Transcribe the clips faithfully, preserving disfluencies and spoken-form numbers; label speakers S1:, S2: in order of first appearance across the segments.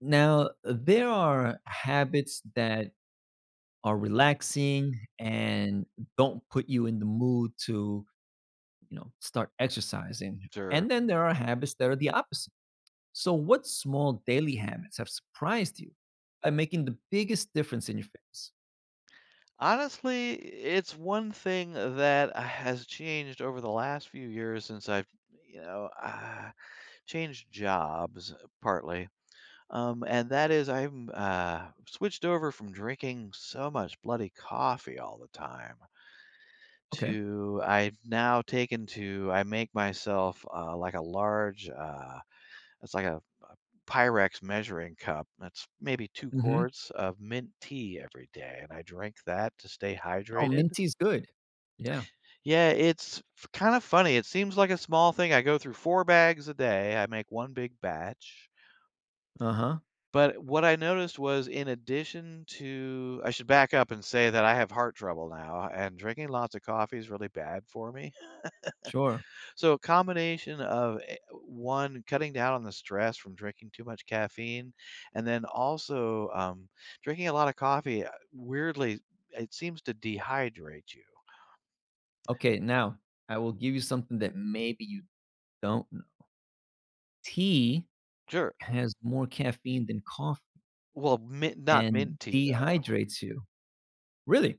S1: Now, there are habits that are relaxing and don't put you in the mood to, you know, start exercising.
S2: Sure.
S1: And then there are habits that are the opposite. So, what small daily habits have surprised you by making the biggest difference in your fitness?
S2: Honestly, it's one thing that has changed over the last few years since I've, you know, uh, changed jobs partly. Um, and that is I've uh, switched over from drinking so much bloody coffee all the time
S1: Okay.
S2: to I've now taken to I make myself uh, like a large uh, It's like a, a Pyrex measuring cup. That's maybe two
S1: Hmm.
S2: quarts of mint tea every day, and I drink that to stay
S1: Oh,
S2: hydrated.
S1: mint tea is good. Yeah.
S2: Yeah, it's kind of funny. It seems like a small thing. I go through four bags a day. I make one big batch.
S1: Uh huh.
S2: But what I noticed was, in addition to, I should back up and say that I have heart trouble now, and drinking lots of coffee is really bad for me.
S1: Sure.
S2: So a combination of eh, one, cutting down on the stress from drinking too much caffeine, and then also um, drinking a lot of coffee. uh, Weirdly, it seems to dehydrate you.
S1: Okay. Now, I will give you something that maybe you don't know. Tea
S2: Sure.
S1: has more caffeine than coffee.
S2: Well, mint, not
S1: and
S2: mint tea though.
S1: dehydrates you. Really?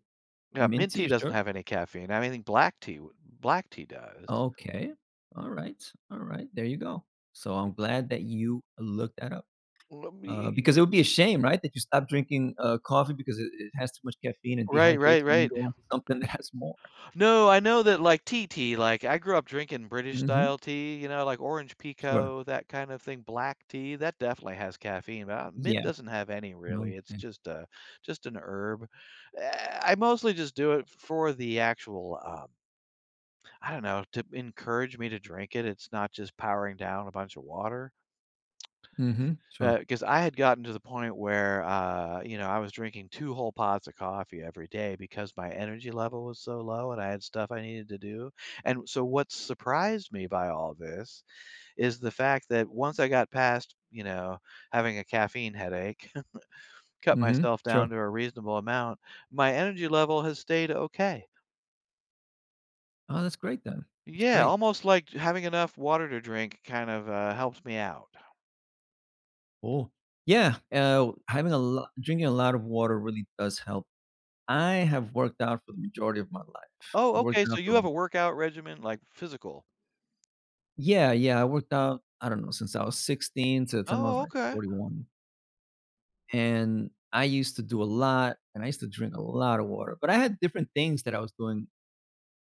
S2: Yeah, mint
S1: Minty?
S2: tea
S1: you sure?
S2: doesn't have any caffeine. I mean, black tea, w- black tea does.
S1: Okay. All right. All right. There you go. So I'm glad that you looked that up.
S2: Well,
S1: Uh,
S2: me-
S1: because it would be a shame, right, that you stop drinking uh, coffee because it, it has too much caffeine and
S2: Right,
S1: dehydrates
S2: right,
S1: you and
S2: right.
S1: go on to something that has more.
S2: No, I know that like tea tea, like I grew up drinking British
S1: Hmm.
S2: style tea, you know, like orange
S1: Sure.
S2: pekoe, that kind of thing, black tea, that definitely has caffeine, but uh, mint
S1: Yeah.
S2: doesn't have any really. It's
S1: Okay.
S2: just a just an herb. Eh, I mostly just do it for the actual um I don't know, to encourage me to drink it. It's not just powering down a bunch of water.
S1: Hmm. Sure.
S2: Because I had gotten to the point where, uh, you know, I was drinking two whole pots of coffee every day because my energy level was so low and I had stuff I needed to do. And so, what surprised me by all this is the fact that once I got past, you know, having a caffeine headache, cut
S1: Hmm.
S2: myself down
S1: Sure.
S2: to a reasonable amount, my energy level has stayed okay.
S1: Oh, that's great then. That's
S2: Yeah,
S1: great.
S2: almost like having enough water to drink kind of uh, helps me out.
S1: Oh, yeah. Uh, having a lot, drinking a lot of water really does help. I have worked out for the majority of my life.
S2: Oh,
S1: I worked
S2: okay. So
S1: out for
S2: you
S1: about—
S2: have a workout regimen, like physical.
S1: yeah, yeah, I worked out, I don't know, since I was sixteen to the time I was,
S2: Oh,
S1: like,
S2: okay.
S1: forty-one, and I used to do a lot, and I used to drink a lot of water, but I had different things that I was doing,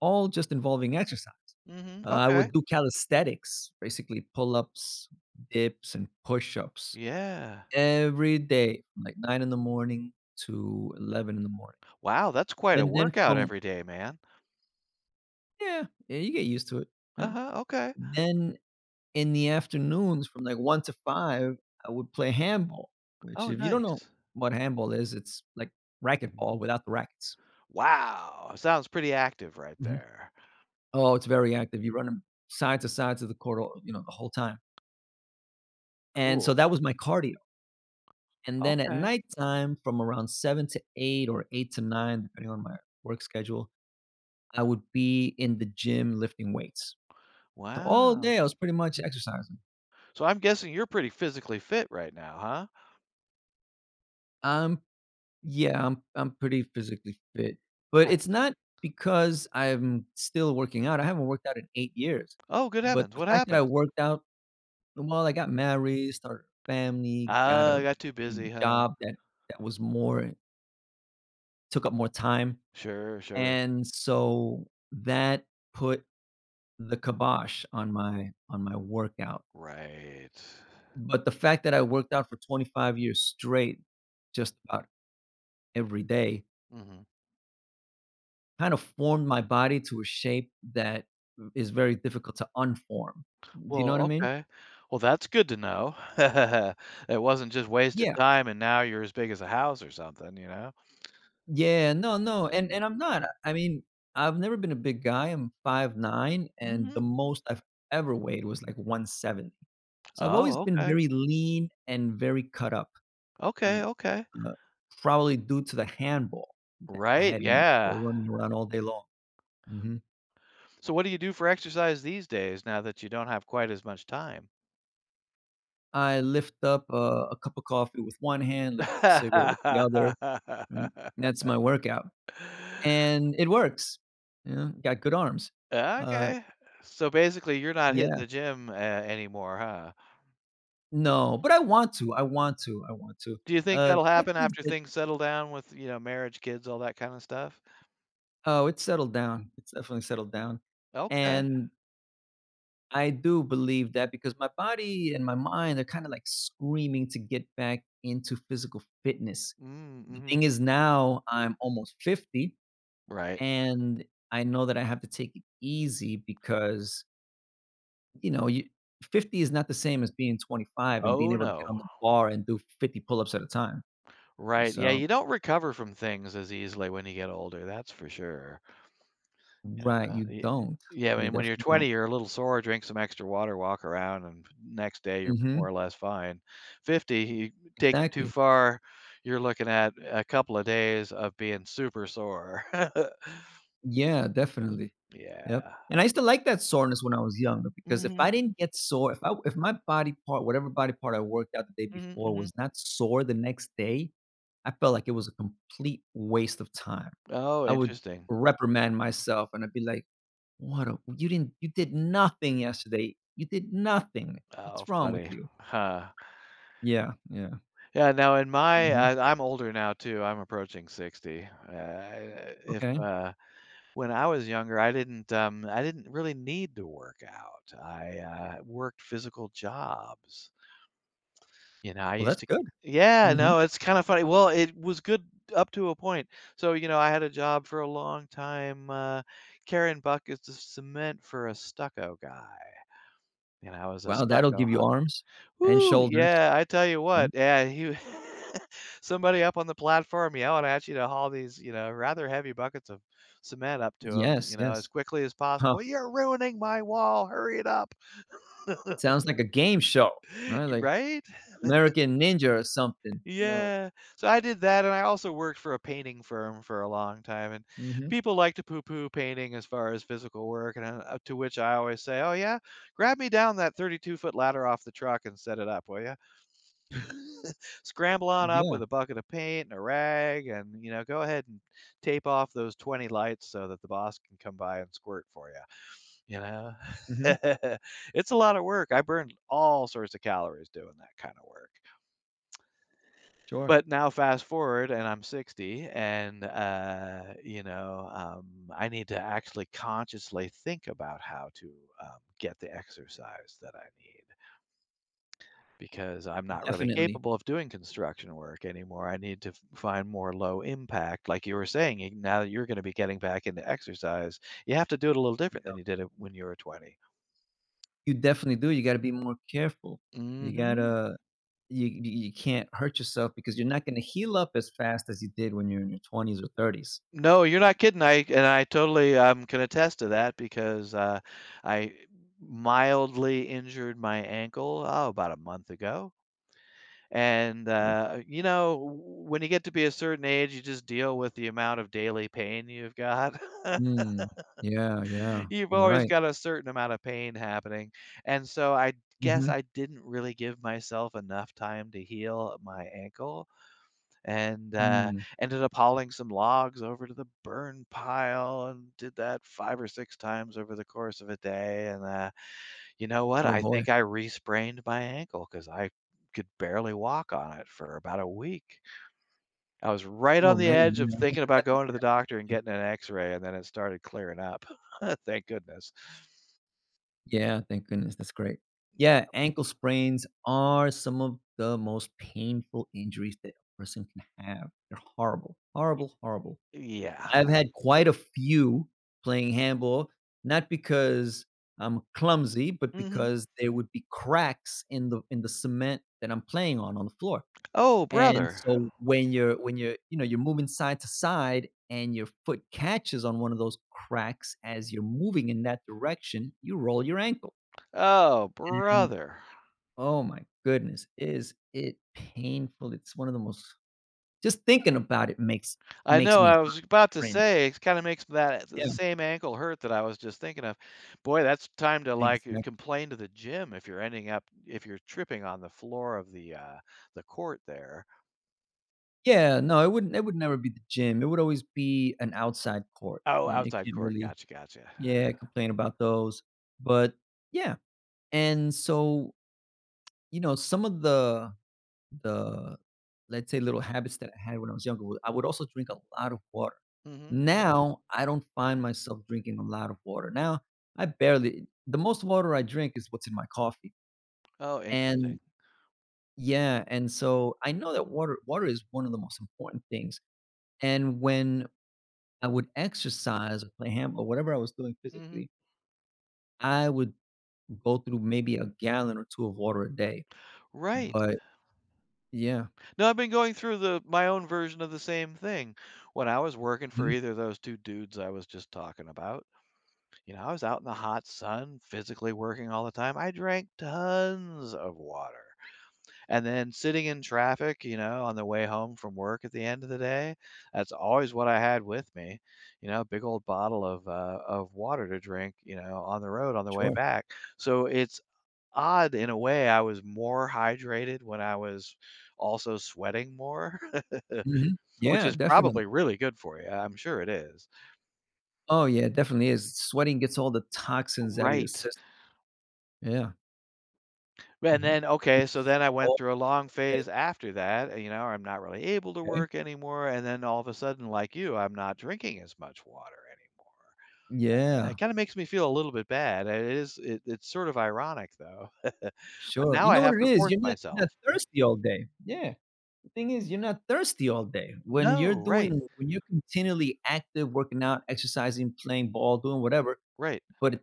S1: all just involving exercise.
S2: Mhm,
S1: Uh, I
S2: okay.
S1: would do calisthenics, basically pull-ups, dips, and push-ups
S2: Yeah.
S1: every day from, like, nine in the morning to eleven in the morning,
S2: Wow, that's quite a
S1: and then
S2: workout
S1: from—
S2: every day, man.
S1: yeah, yeah, you get used to it, right?
S2: Uh-huh, okay.
S1: Then in the afternoons from like one to five, I would play handball, which
S2: Oh,
S1: if you don't know
S2: nice.
S1: what handball is, it's like racquetball without the rackets.
S2: Wow, sounds pretty active right
S1: Mhm.
S2: there.
S1: Oh, it's very active. You're side to side to the court all you know, the whole time. And so
S2: Cool.
S1: that was my cardio. And then at
S2: Okay.
S1: nighttime from around seven to eight or eight to nine, depending on my work schedule, I would be in the gym lifting weights. So all
S2: Wow.
S1: day I was pretty much exercising.
S2: So I'm guessing you're pretty physically fit right now, huh?
S1: I'm Yeah, I'm I'm pretty physically fit, but it's
S2: Nice.
S1: not because I'm still working out. I haven't worked out in eight years,
S2: Oh, good
S1: but
S2: heavens,
S1: the
S2: what
S1: fact that I
S2: happened?
S1: worked out— well, I got married, started a family, got
S2: Ah,
S1: a
S2: I got too
S1: you
S2: busy,
S1: know,
S2: huh?
S1: job that that was more— took up more time,
S2: Sure, sure.
S1: and so that put the kibosh on my on my workout.
S2: Right.
S1: But the fact that I worked out for twenty-five years straight just about every day
S2: Mhm.
S1: kind of formed my body to a shape that is very difficult to unform. Do you know
S2: Well,
S1: what I mean?
S2: okay. Well, that's good to know. It wasn't just wasted
S1: Yeah.
S2: time and now you're as big as a house or something, you know?
S1: Yeah, no, no, and and I'm not. I mean, I've never been a big guy. I'm five nine, and
S2: Mhm.
S1: the most I've ever weighed was like one seventy. So I've always
S2: Oh,
S1: been
S2: okay.
S1: very lean and very cut up,
S2: Okay,
S1: right?
S2: okay.
S1: Uh, Probably due to the handball that
S2: Right,
S1: had me
S2: yeah.
S1: running around all day long. Mhm.
S2: So what do you do for exercise these days now that you don't have quite as much time?
S1: I lift up a, a cup of coffee with one hand, lift up a cigarette with the other. Mm, that's my workout, and it works, you know, got good arms. Uh,
S2: Okay. So basically, you're not hitting
S1: yeah.
S2: the gym, uh, anymore, huh?
S1: No, but I want to, I want to, I want to.
S2: Do you think
S1: Uh,
S2: that'll
S1: the fact
S2: happen
S1: is
S2: after
S1: that
S2: things settle down with, you know, marriage, kids, all that kinda stuff?
S1: Oh, it's settled down, it's definitely settled down,
S2: Okay.
S1: and I do believe that because my body and my mind are kinda, like, screaming to get back into physical fitness.
S2: Mm,
S1: The
S2: mhm.
S1: thing is now I'm almost fifty,
S2: Right.
S1: and I know that I have to take it easy because— You know, you fifty is not the same as being twenty-five and being
S2: Oh,
S1: able to get
S2: no.
S1: on the bar and do fifty pull-ups at a time.
S2: Right, yeah,
S1: So
S2: you don't recover from things as easily when you get older, that's for sure. Yeah,
S1: Right,
S2: uh,
S1: you
S2: y
S1: don't.
S2: yeah, I
S1: You
S2: mean, when you're
S1: definitely
S2: twenty,
S1: don't.
S2: you're a little sore, drink some extra water, walk around, and next day you're more
S1: Mhm,
S2: or less fine. fifty, you take it too
S1: exactly.
S2: far, you're looking at a couple of days of being super sore.
S1: Yeah, definitely. Yep.
S2: Yeah.
S1: And I used to like that soreness when I was younger because if
S2: Mhm,
S1: I didn't get sore, if I if my body part, whatever body part I worked out the day
S2: mhm,
S1: before
S2: mhm.
S1: was not sore the next day, I felt like it was a complete waste of time.
S2: Oh,
S1: I would
S2: interesting.
S1: reprimand myself and I'd be like, "What a you didn't you did nothing yesterday. You did nothing.
S2: Oh,
S1: What's wrong with
S2: funny.
S1: you?"
S2: Huh.
S1: Yeah, yeah.
S2: Yeah, now in my,
S1: Mhm.
S2: uh I'm older now too, I'm approaching sixty. Uh, if,
S1: Okay.
S2: uh When I was younger, I didn't, um, I didn't really need to work out. I, uh, worked physical jobs. You know, I
S1: Well,
S2: used
S1: that's
S2: to
S1: good.
S2: yeah,
S1: Mhm.
S2: no, it's kinda funny. Well, it was good up to a point. So, you know, I had a job for a long time, uh, carrying buckets of cement for a stucco guy, and I was a
S1: Wow, that'll
S2: stucco
S1: give you arms and
S2: whoo,
S1: shoulders,
S2: yeah, I tell you
S1: right?
S2: what, yeah, he somebody up on the platform yelling at you to haul these, you know, rather heavy buckets of cement up to him,
S1: Yes,
S2: you know, as
S1: yes.
S2: quickly as possible. You're ruining my wall. Hurry it up.
S1: Sounds like a game show, right? Like
S2: Right?
S1: American Ninja or something. No.
S2: Yeah. So I did that and I also worked for a painting firm for a long time and
S1: Mhm.
S2: people like to poo-poo painting as far as physical work and uh, to which I always say, "Oh yeah, grab me down that thirty-two-foot ladder off the truck and set it up, will you?" Scramble on up with
S1: Yeah.
S2: a bucket of paint and a rag and, you know, go ahead and tape off those twenty lights so that the boss can come by and squirt for you, you know?
S1: Mhm.
S2: It's a lot of work. I burned all sorts of calories doing that kind of work.
S1: Sure.
S2: But now fast forward and I'm sixty and, uh, you know, um, I need to actually consciously think about how to, um, get the exercise that I need. Because I'm not really
S1: Definitely.
S2: capable of doing construction work anymore. I need to f- find more low impact. Like you were saying, you- now that you're going to be getting back into exercise, you have to do it a little different than you did it when you were twenty.
S1: You definitely do. You gotta be more careful. You
S2: hmm
S1: gotta you you you can't hurt yourself because you're not gonna heal up as fast as you did when you're in your twenties or thirties.
S2: No, you're not kidding. I and I totally um, can attest to that because uh, I mildly injured my ankle oh, about a month ago. And
S1: Mm.
S2: uh, you know, w- when you get to be a certain age, you just deal with the amount of daily pain you've got.
S1: Mm. Yeah, yeah.
S2: You've
S1: You're
S2: always
S1: right.
S2: got a certain amount of pain happening, and so I guess
S1: Mhm.
S2: I didn't really give myself enough time to heal my ankle and, uh,
S1: Mm.
S2: ended up hauling some logs over to the burn pile and did that five or six times over the course of a day, and, uh, you know what?
S1: Oh
S2: I
S1: boy.
S2: think I re-sprained my ankle because I could barely walk on it for about a week. I was right
S1: Oh,
S2: on the
S1: man,
S2: edge of
S1: man. I hope
S2: thinking
S1: that
S2: about
S1: that
S2: going to the doctor and getting an X-ray, and then it started clearing up. Thank goodness.
S1: Yeah, thank goodness, that's great. Yeah, ankle sprains are some of the most painful injuries that a person can have. They're horrible, horrible, horrible.
S2: Yeah.
S1: I've had quite a few playing handball, not because I'm clumsy, but
S2: Mhm.
S1: because there would be cracks in the in the cement that I'm playing on on the floor.
S2: Oh,
S1: And
S2: brother.
S1: so when you're when you're, you know, you're moving side to side and your foot catches on one of those cracks as you're moving in that direction, you roll your ankle.
S2: Oh,
S1: And,
S2: brother.
S1: oh my goodness, is it painful, it's one of the most just thinking about it makes
S2: I
S1: makes
S2: know,
S1: me
S2: I
S1: hurt
S2: was
S1: and
S2: about to
S1: cringe.
S2: say, it kinda makes that the
S1: Yeah,
S2: same ankle hurt that I was just thinking of. Boy, that's time to, like, uh,
S1: exactly.
S2: complain to the gym if you're ending up if you're tripping on the floor of the, uh, the court there.
S1: Yeah, no, it wouldn't it would never be the gym, it would always be an outside court.
S2: Oh,
S1: Yeah, you
S2: outside
S1: can't
S2: court.
S1: really,
S2: Gotcha, gotcha.
S1: yeah, complain about those, but yeah, and so, you know, some of the the, let's say, little habits that I had when I was younger, wa I would also drink a lot of water. Okay.
S2: Mhm. Mhm.
S1: Now, I don't find myself drinking a lot of water. Now, I barely the most water I drink is what's in my coffee,
S2: Oh, interesting.
S1: and yeah, and so I know that water water is one of the most important things, and when I would exercise or play ham or whatever I was doing
S2: Mhm.
S1: physically, I would go through maybe a gallon or two of water a day,
S2: Right.
S1: but yeah.
S2: No, I've been going through the my own version of the same thing. When I was working for
S1: Mhm.
S2: either of those two dudes I was just talking about you know, I was out in the hot sun, physically working all the time. I drank tons of water. And then sitting in traffic, you know, on the way home from work at the end of the day, that's always what I had with me. You know, big old bottle of uh, of water to drink, you know, on the road on the way
S1: Sure.
S2: back. So it's odd in a way I was more hydrated when I was also sweating more,
S1: Mhm.
S2: which
S1: Yeah,
S2: is
S1: definitely.
S2: probably really good for you. I'm sure it is.
S1: Oh, yeah, it definitely is. Sweating gets all the toxins out of your
S2: Right.
S1: system. Yeah,
S2: And
S1: mhm.
S2: then,
S1: I
S2: okay,
S1: used to
S2: so then I
S1: sweat
S2: went
S1: all
S2: through a
S1: day,
S2: long
S1: every day,
S2: phase after that, uh, you know, I'm not really able to
S1: okay?
S2: work anymore. And then all of a sudden, like you, I'm not drinking as much water anymore. Uh, It
S1: Yeah,
S2: kind of makes me feel a little bit bad. It is, it, it's sort of ironic though. But
S1: sure.
S2: now
S1: You
S2: I
S1: know what
S2: have
S1: it
S2: to
S1: is?
S2: force
S1: You're not you're
S2: myself.
S1: not thirsty all day. Yeah. The thing is you're not thirsty all day. When you're
S2: No, right,
S1: doing when you're continually active, working out, exercising, playing ball, doing whatever,
S2: right,
S1: but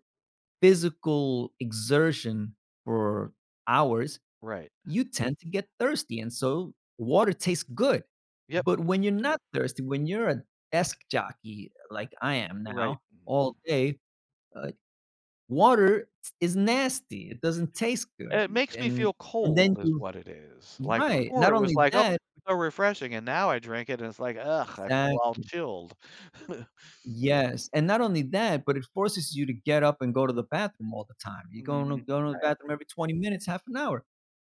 S1: physical exertion for hours,
S2: right.
S1: you tend to get thirsty. And so water tastes good.
S2: Yep,
S1: But when you're not thirsty, when you're a desk jockey like I am
S2: right.
S1: now
S2: Mm.
S1: all day, uh, water is nasty. It doesn't taste good.
S2: It makes me feel
S1: And and then
S2: cold, is
S1: you
S2: what it is. Like
S1: right.
S2: before,
S1: Not
S2: it was
S1: only
S2: like, oh,
S1: that,
S2: so refreshing. And now I drink it and it's like, ugh, I feel all
S1: exactly.
S2: chilled.
S1: Yes. And not only that, but it forces you to get up and go to the bathroom all the time. You're going to
S2: Mhm.
S1: go to the bathroom every twenty minutes, half an hour.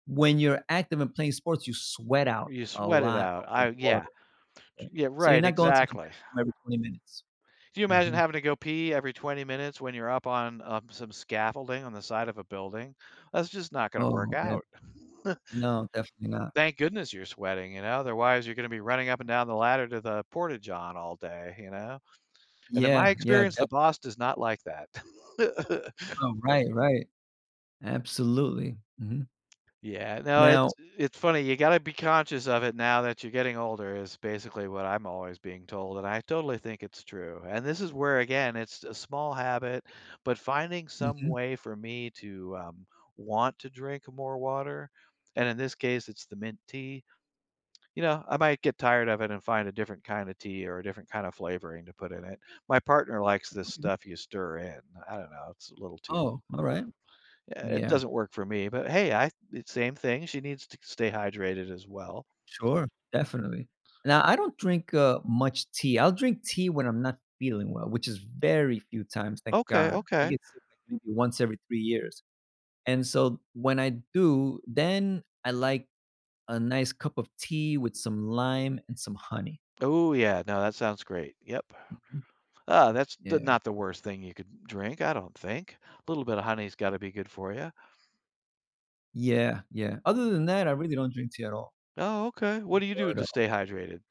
S1: When you're active and playing sports, you sweat out
S2: You
S1: a
S2: sweat it
S1: lot
S2: out.
S1: of the
S2: I yeah.
S1: water. Yeah.
S2: Yeah,
S1: So you're
S2: right,
S1: not going to the
S2: exactly.
S1: bathroom every twenty minutes.
S2: Do you imagine
S1: Mhm.
S2: having to go pee every twenty minutes when you're up on, um, some scaffolding on the side of a building? That's just not gonna work
S1: Oh, yeah.
S2: out.
S1: No, definitely not.
S2: Thank goodness you're sweating, you know, otherwise you're gonna be running up and
S1: Exact
S2: down the ladder to the porta john all day, you know? And in my
S1: Yeah, yeah,
S2: experience,
S1: def
S2: the boss does not like that.
S1: oh, right, right. Absolutely. Mhm.
S2: Yeah, no, it's
S1: Now
S2: it's funny, you gotta be conscious of it now that you're getting older is basically what I'm always being told, and I totally think it's true, and this is where, again, it's a small habit, but finding some
S1: Mhm.
S2: way for me to, um, want to drink more water, and in this case, it's the mint tea, you know, I might get tired of it and find a different kind of tea or a different kind of flavoring to put in it. My partner likes this
S1: Okay.
S2: stuff you stir in. I don't know, it's a little too
S1: Oh, alright.
S2: yeah, it
S1: Yeah.
S2: doesn't work for me, but hey, I it's same thing, she needs to stay hydrated as well.
S1: Sure, definitely. Now, I don't drink, uh, much tea. I'll drink tea when I'm not feeling well, which is very few times, thank
S2: Okay,
S1: God. I
S2: okay.
S1: get sick, like, maybe once every three years. And so when I do, then I like a nice cup of tea with some lime and some honey.
S2: Oh yeah, no, that sounds great. Yep.
S1: Mhm.
S2: Uh, that's the
S1: Yeah.
S2: not the worst thing you could drink, I don't think. A little bit of honey's gotta be good for you.
S1: Yeah, yeah. Other than that, I really don't drink tea at all.
S2: Oh, okay. What do you do
S1: But,
S2: to
S1: um,
S2: stay hydrated?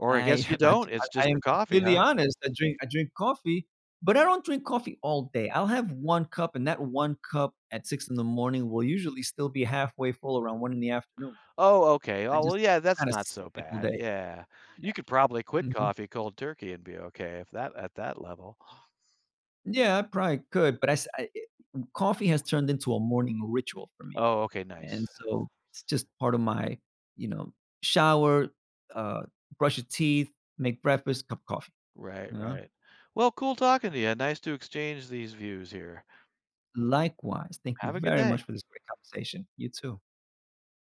S2: Or I
S1: I
S2: guess you
S1: I,
S2: don't, it's just
S1: I
S2: the
S1: am
S2: coffee,
S1: completely
S2: huh?
S1: honest, I drink I drink coffee, but I don't drink coffee all day. I'll have one cup, and that one cup at six in the morning will usually still be halfway full around one in the afternoon.
S2: Oh, okay.
S1: I
S2: Oh, well,
S1: just
S2: yeah, that's
S1: kinda
S2: not
S1: sip
S2: so
S1: it all
S2: bad.
S1: day.
S2: Yeah. You could probably quit
S1: Mhm.
S2: coffee cold turkey and be okay if that at that level.
S1: Yeah, I probably could, but I s I eh coffee has turned into a morning ritual for me.
S2: Oh, okay,
S1: And
S2: nice.
S1: so it's just part of my, you know, shower, uh, brush your teeth, make breakfast, cup of coffee,
S2: Right,
S1: you know?
S2: right. Well, cool talking to you. Nice to exchange these views here.
S1: Likewise, thank you
S2: Have a good
S1: very
S2: day.
S1: much for this great conversation. You too.